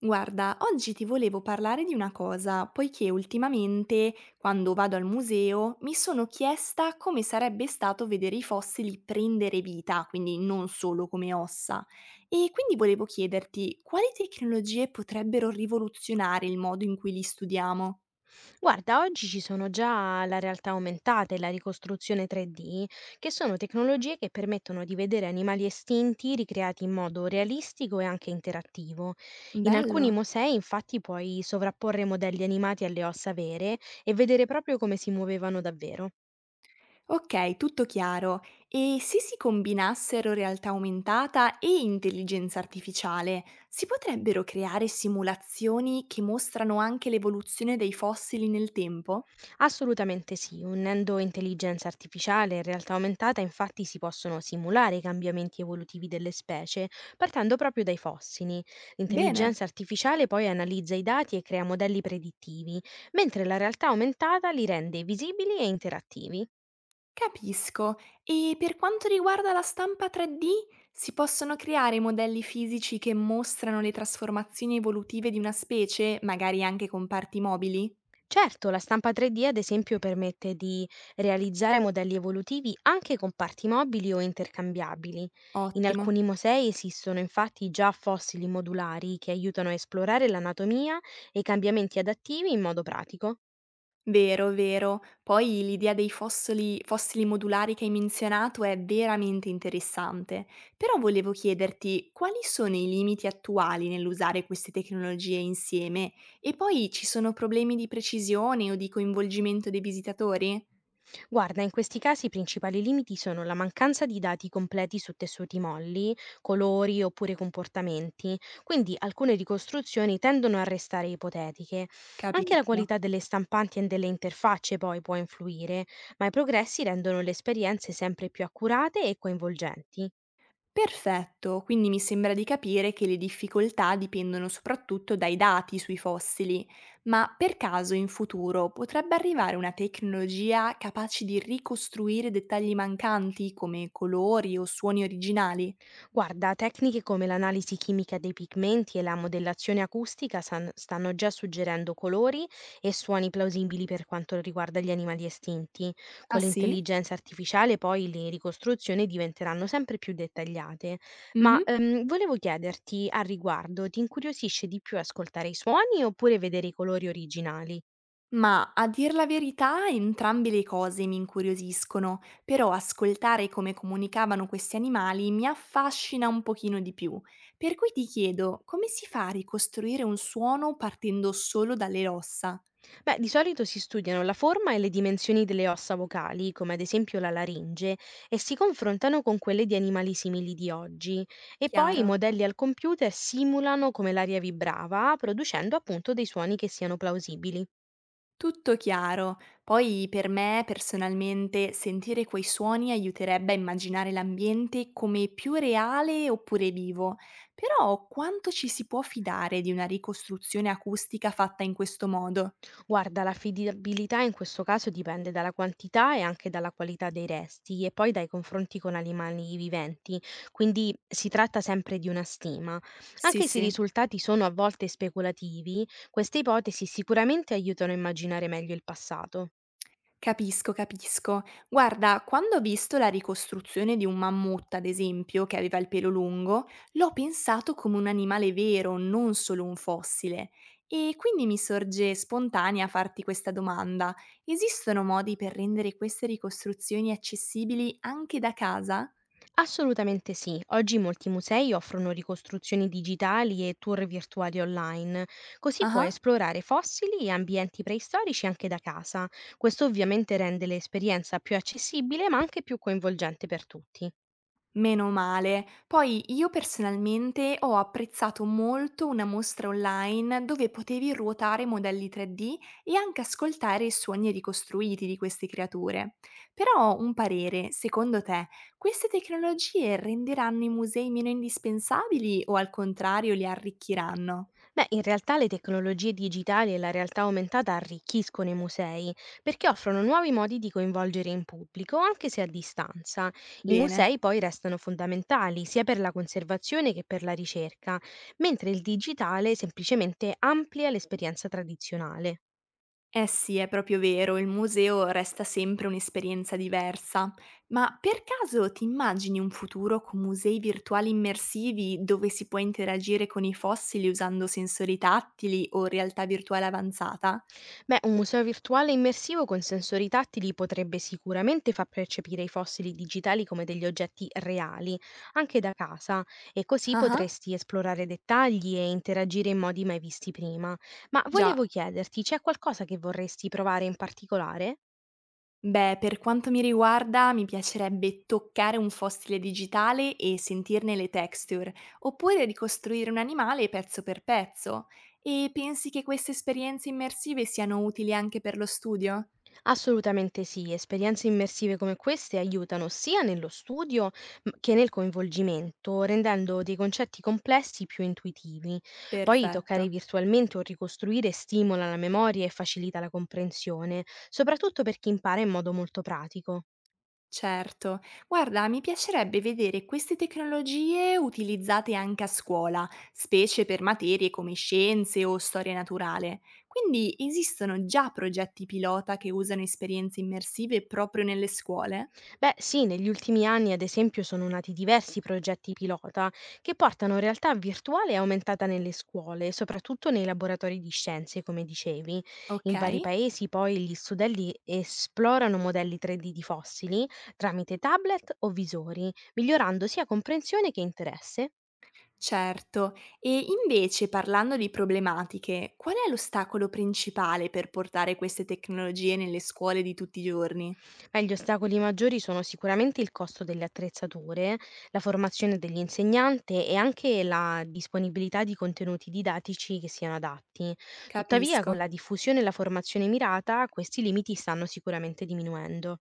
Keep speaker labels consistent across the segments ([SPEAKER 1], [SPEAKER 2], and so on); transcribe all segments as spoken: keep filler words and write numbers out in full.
[SPEAKER 1] Guarda, oggi ti volevo parlare di una cosa, poiché ultimamente, quando vado al museo, mi sono chiesta come sarebbe stato vedere i fossili prendere vita, quindi non solo come ossa. E quindi volevo chiederti quali tecnologie potrebbero rivoluzionare il modo in cui li studiamo.
[SPEAKER 2] Guarda, oggi ci sono già la realtà aumentata e la ricostruzione tre D, che sono tecnologie che permettono di vedere animali estinti ricreati in modo realistico e anche interattivo. In alcuni
[SPEAKER 1] Bello.
[SPEAKER 2] musei, infatti, puoi sovrapporre modelli animati alle ossa vere e vedere proprio come si muovevano davvero.
[SPEAKER 1] Okay, tutto chiaro. E se si combinassero realtà aumentata e intelligenza artificiale, si potrebbero creare simulazioni che mostrano anche l'evoluzione dei fossili nel tempo?
[SPEAKER 2] Assolutamente sì, unendo intelligenza artificiale e realtà aumentata infatti si possono simulare i cambiamenti evolutivi delle specie partendo proprio dai fossili.
[SPEAKER 1] Bene,
[SPEAKER 2] L'intelligenza artificiale poi analizza i dati e crea modelli predittivi, mentre la realtà aumentata li rende visibili e interattivi.
[SPEAKER 1] capisco. E per quanto riguarda la stampa tre D, si possono creare modelli fisici che mostrano le trasformazioni evolutive di una specie, magari anche con parti mobili?
[SPEAKER 2] Certo, la stampa tre D ad esempio permette di realizzare modelli evolutivi anche con parti mobili o intercambiabili. In
[SPEAKER 1] Ottimo.
[SPEAKER 2] alcuni musei esistono infatti già fossili modulari che aiutano a esplorare l'anatomia e i cambiamenti adattivi in modo pratico.
[SPEAKER 1] Vero, vero. Poi l'idea dei fossili fossili modulari che hai menzionato è veramente interessante, però volevo chiederti quali sono i limiti attuali nell'usare queste tecnologie insieme e poi ci sono problemi di precisione o di coinvolgimento dei visitatori?
[SPEAKER 2] Guarda, in questi casi i principali limiti sono la mancanza di dati completi su tessuti molli, colori oppure comportamenti, quindi alcune ricostruzioni tendono a restare ipotetiche. Anche la
[SPEAKER 1] Capisco.
[SPEAKER 2] qualità delle stampanti e delle interfacce poi può influire, ma i progressi rendono le esperienze sempre più accurate e coinvolgenti.
[SPEAKER 1] Perfetto, quindi mi sembra di capire che le difficoltà dipendono soprattutto dai dati sui fossili, ma per caso in futuro potrebbe arrivare una tecnologia capace di ricostruire dettagli mancanti come colori o suoni originali?
[SPEAKER 2] Guarda, tecniche come l'analisi chimica dei pigmenti e la modellazione acustica san- stanno già suggerendo colori e suoni plausibili per quanto riguarda gli animali estinti. Con
[SPEAKER 1] Ah sì?
[SPEAKER 2] l'intelligenza artificiale poi le ricostruzioni diventeranno sempre più dettagliate. Ma
[SPEAKER 1] Mhm.
[SPEAKER 2] ehm, volevo chiederti a riguardo, ti incuriosisce di più ascoltare i suoni oppure vedere i colori originali?
[SPEAKER 1] Ma a dir la verità, entrambe le cose mi incuriosiscono, però ascoltare come comunicavano questi animali mi affascina un pochino di più. Per cui ti chiedo, come si fa a ricostruire un suono partendo solo dalle ossa?
[SPEAKER 2] Beh, di solito si studiano la forma e le dimensioni delle ossa vocali, come ad esempio la laringe, e si confrontano con quelle di animali simili di oggi. E poi i
[SPEAKER 1] Chiaro.
[SPEAKER 2] modelli al computer simulano come l'aria vibrava, producendo appunto dei suoni che siano plausibili.
[SPEAKER 1] Tutto chiaro. Poi per me personalmente sentire quei suoni aiuterebbe a immaginare l'ambiente come più reale oppure vivo. Però quanto ci si può fidare di una ricostruzione acustica fatta in questo modo?
[SPEAKER 2] Guarda, l'affidabilità in questo caso dipende dalla quantità e anche dalla qualità dei resti e poi dai confronti con animali viventi, quindi si tratta sempre di una stima.
[SPEAKER 1] Sì,
[SPEAKER 2] Anche se i
[SPEAKER 1] sì.
[SPEAKER 2] risultati sono a volte speculativi, queste ipotesi sicuramente aiutano a immaginare meglio il passato.
[SPEAKER 1] Capisco, capisco. Guarda, quando ho visto la ricostruzione di un mammut, ad esempio, che aveva il pelo lungo, l'ho pensato come un animale vero, non solo un fossile. E quindi mi sorge spontanea farti questa domanda. Esistono modi per rendere queste ricostruzioni accessibili anche da casa?
[SPEAKER 2] Assolutamente sì. Oggi molti musei offrono ricostruzioni digitali e tour virtuali online, così
[SPEAKER 1] Ah
[SPEAKER 2] puoi
[SPEAKER 1] ah.
[SPEAKER 2] esplorare fossili e ambienti preistorici anche da casa. Questo ovviamente rende l'esperienza più accessibile ma anche più coinvolgente per tutti.
[SPEAKER 1] Meno male. Poi io personalmente ho apprezzato molto una mostra online dove potevi ruotare modelli tre D e anche ascoltare i suoni ricostruiti di queste creature. Però un parere, secondo te, queste tecnologie renderanno i musei meno indispensabili o al contrario li arricchiranno?
[SPEAKER 2] Beh, in realtà le tecnologie digitali e la realtà aumentata arricchiscono i musei perché offrono nuovi modi di coinvolgere in pubblico, anche se a distanza. I
[SPEAKER 1] Bene.
[SPEAKER 2] musei poi restano fondamentali sia per la conservazione che per la ricerca, mentre il digitale semplicemente amplia l'esperienza tradizionale.
[SPEAKER 1] Eh sì, è proprio vero, il museo resta sempre un'esperienza diversa, ma per caso ti immagini un futuro con musei virtuali immersivi dove si può interagire con i fossili usando sensori tattili o realtà virtuale avanzata?
[SPEAKER 2] Beh, un museo virtuale immersivo con sensori tattili potrebbe sicuramente far percepire i fossili digitali come degli oggetti reali, anche da casa, e così
[SPEAKER 1] Ah,
[SPEAKER 2] potresti esplorare dettagli e interagire in modi mai visti prima. Ma volevo
[SPEAKER 1] già.
[SPEAKER 2] chiederti, c'è qualcosa che vorresti provare in particolare?
[SPEAKER 1] Beh, per quanto mi riguarda, mi piacerebbe toccare un fossile digitale e sentirne le texture, oppure ricostruire un animale pezzo per pezzo. E pensi che queste esperienze immersive siano utili anche per lo studio?
[SPEAKER 2] Assolutamente sì, esperienze immersive come queste aiutano sia nello studio m- che nel coinvolgimento, rendendo dei concetti complessi più intuitivi. Poi
[SPEAKER 1] Perfetto,
[SPEAKER 2] toccare virtualmente o ricostruire stimola la memoria e facilita la comprensione, soprattutto per chi impara in modo molto pratico.
[SPEAKER 1] certo. Guarda, mi piacerebbe vedere queste tecnologie utilizzate anche a scuola, specie per materie come scienze o storia naturale. Quindi esistono già progetti pilota che usano esperienze immersive proprio nelle scuole?
[SPEAKER 2] Beh, sì, negli ultimi anni, ad esempio, sono nati diversi progetti pilota che portano realtà virtuale aumentata nelle scuole, soprattutto nei laboratori di scienze, come dicevi.
[SPEAKER 1] Ok,
[SPEAKER 2] In vari paesi poi gli studenti esplorano modelli tre D di fossili tramite tablet o visori, migliorando sia comprensione che interesse.
[SPEAKER 1] certo. E invece, parlando di problematiche, qual è l'ostacolo principale per portare queste tecnologie nelle scuole di tutti i giorni?
[SPEAKER 2] Eh, gli ostacoli maggiori sono sicuramente il costo delle attrezzature, la formazione dell'insegnante e anche la disponibilità di contenuti didattici che siano adatti. Tuttavia, con
[SPEAKER 1] Capisco.
[SPEAKER 2] la diffusione e la formazione mirata, questi limiti stanno sicuramente diminuendo.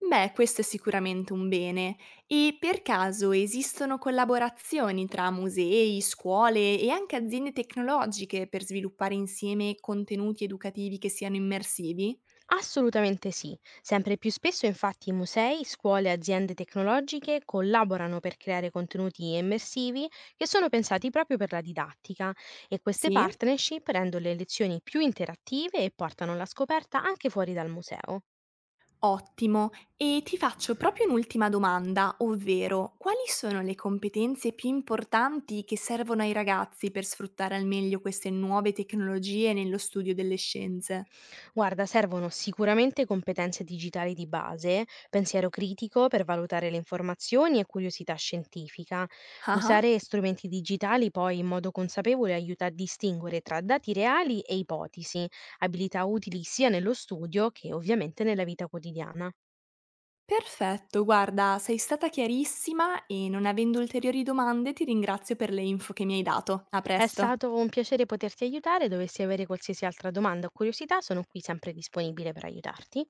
[SPEAKER 1] Beh, questo è sicuramente un bene. E per caso esistono collaborazioni tra musei, scuole e anche aziende tecnologiche per sviluppare insieme contenuti educativi che siano immersivi?
[SPEAKER 2] Assolutamente sì. Sempre più spesso infatti musei, scuole e aziende tecnologiche collaborano per creare contenuti immersivi che sono pensati proprio per la didattica e queste
[SPEAKER 1] Sì?
[SPEAKER 2] partnership rendono le lezioni più interattive e portano la scoperta anche fuori dal museo.
[SPEAKER 1] Ottimo. E ti faccio proprio un'ultima domanda, ovvero quali sono le competenze più importanti che servono ai ragazzi per sfruttare al meglio queste nuove tecnologie nello studio delle scienze?
[SPEAKER 2] Guarda, servono sicuramente competenze digitali di base, pensiero critico per valutare le informazioni e curiosità scientifica.
[SPEAKER 1] Ah ah.
[SPEAKER 2] Usare strumenti digitali poi in modo consapevole aiuta a distinguere tra dati reali e ipotesi, abilità utili sia nello studio che ovviamente nella vita quotidiana.
[SPEAKER 1] Perfetto, guarda, sei stata chiarissima e non avendo ulteriori domande ti ringrazio per le info che mi hai dato. A
[SPEAKER 2] È
[SPEAKER 1] presto.
[SPEAKER 2] stato un piacere poterti aiutare, dovessi avere qualsiasi altra domanda o curiosità, sono qui sempre disponibile per aiutarti.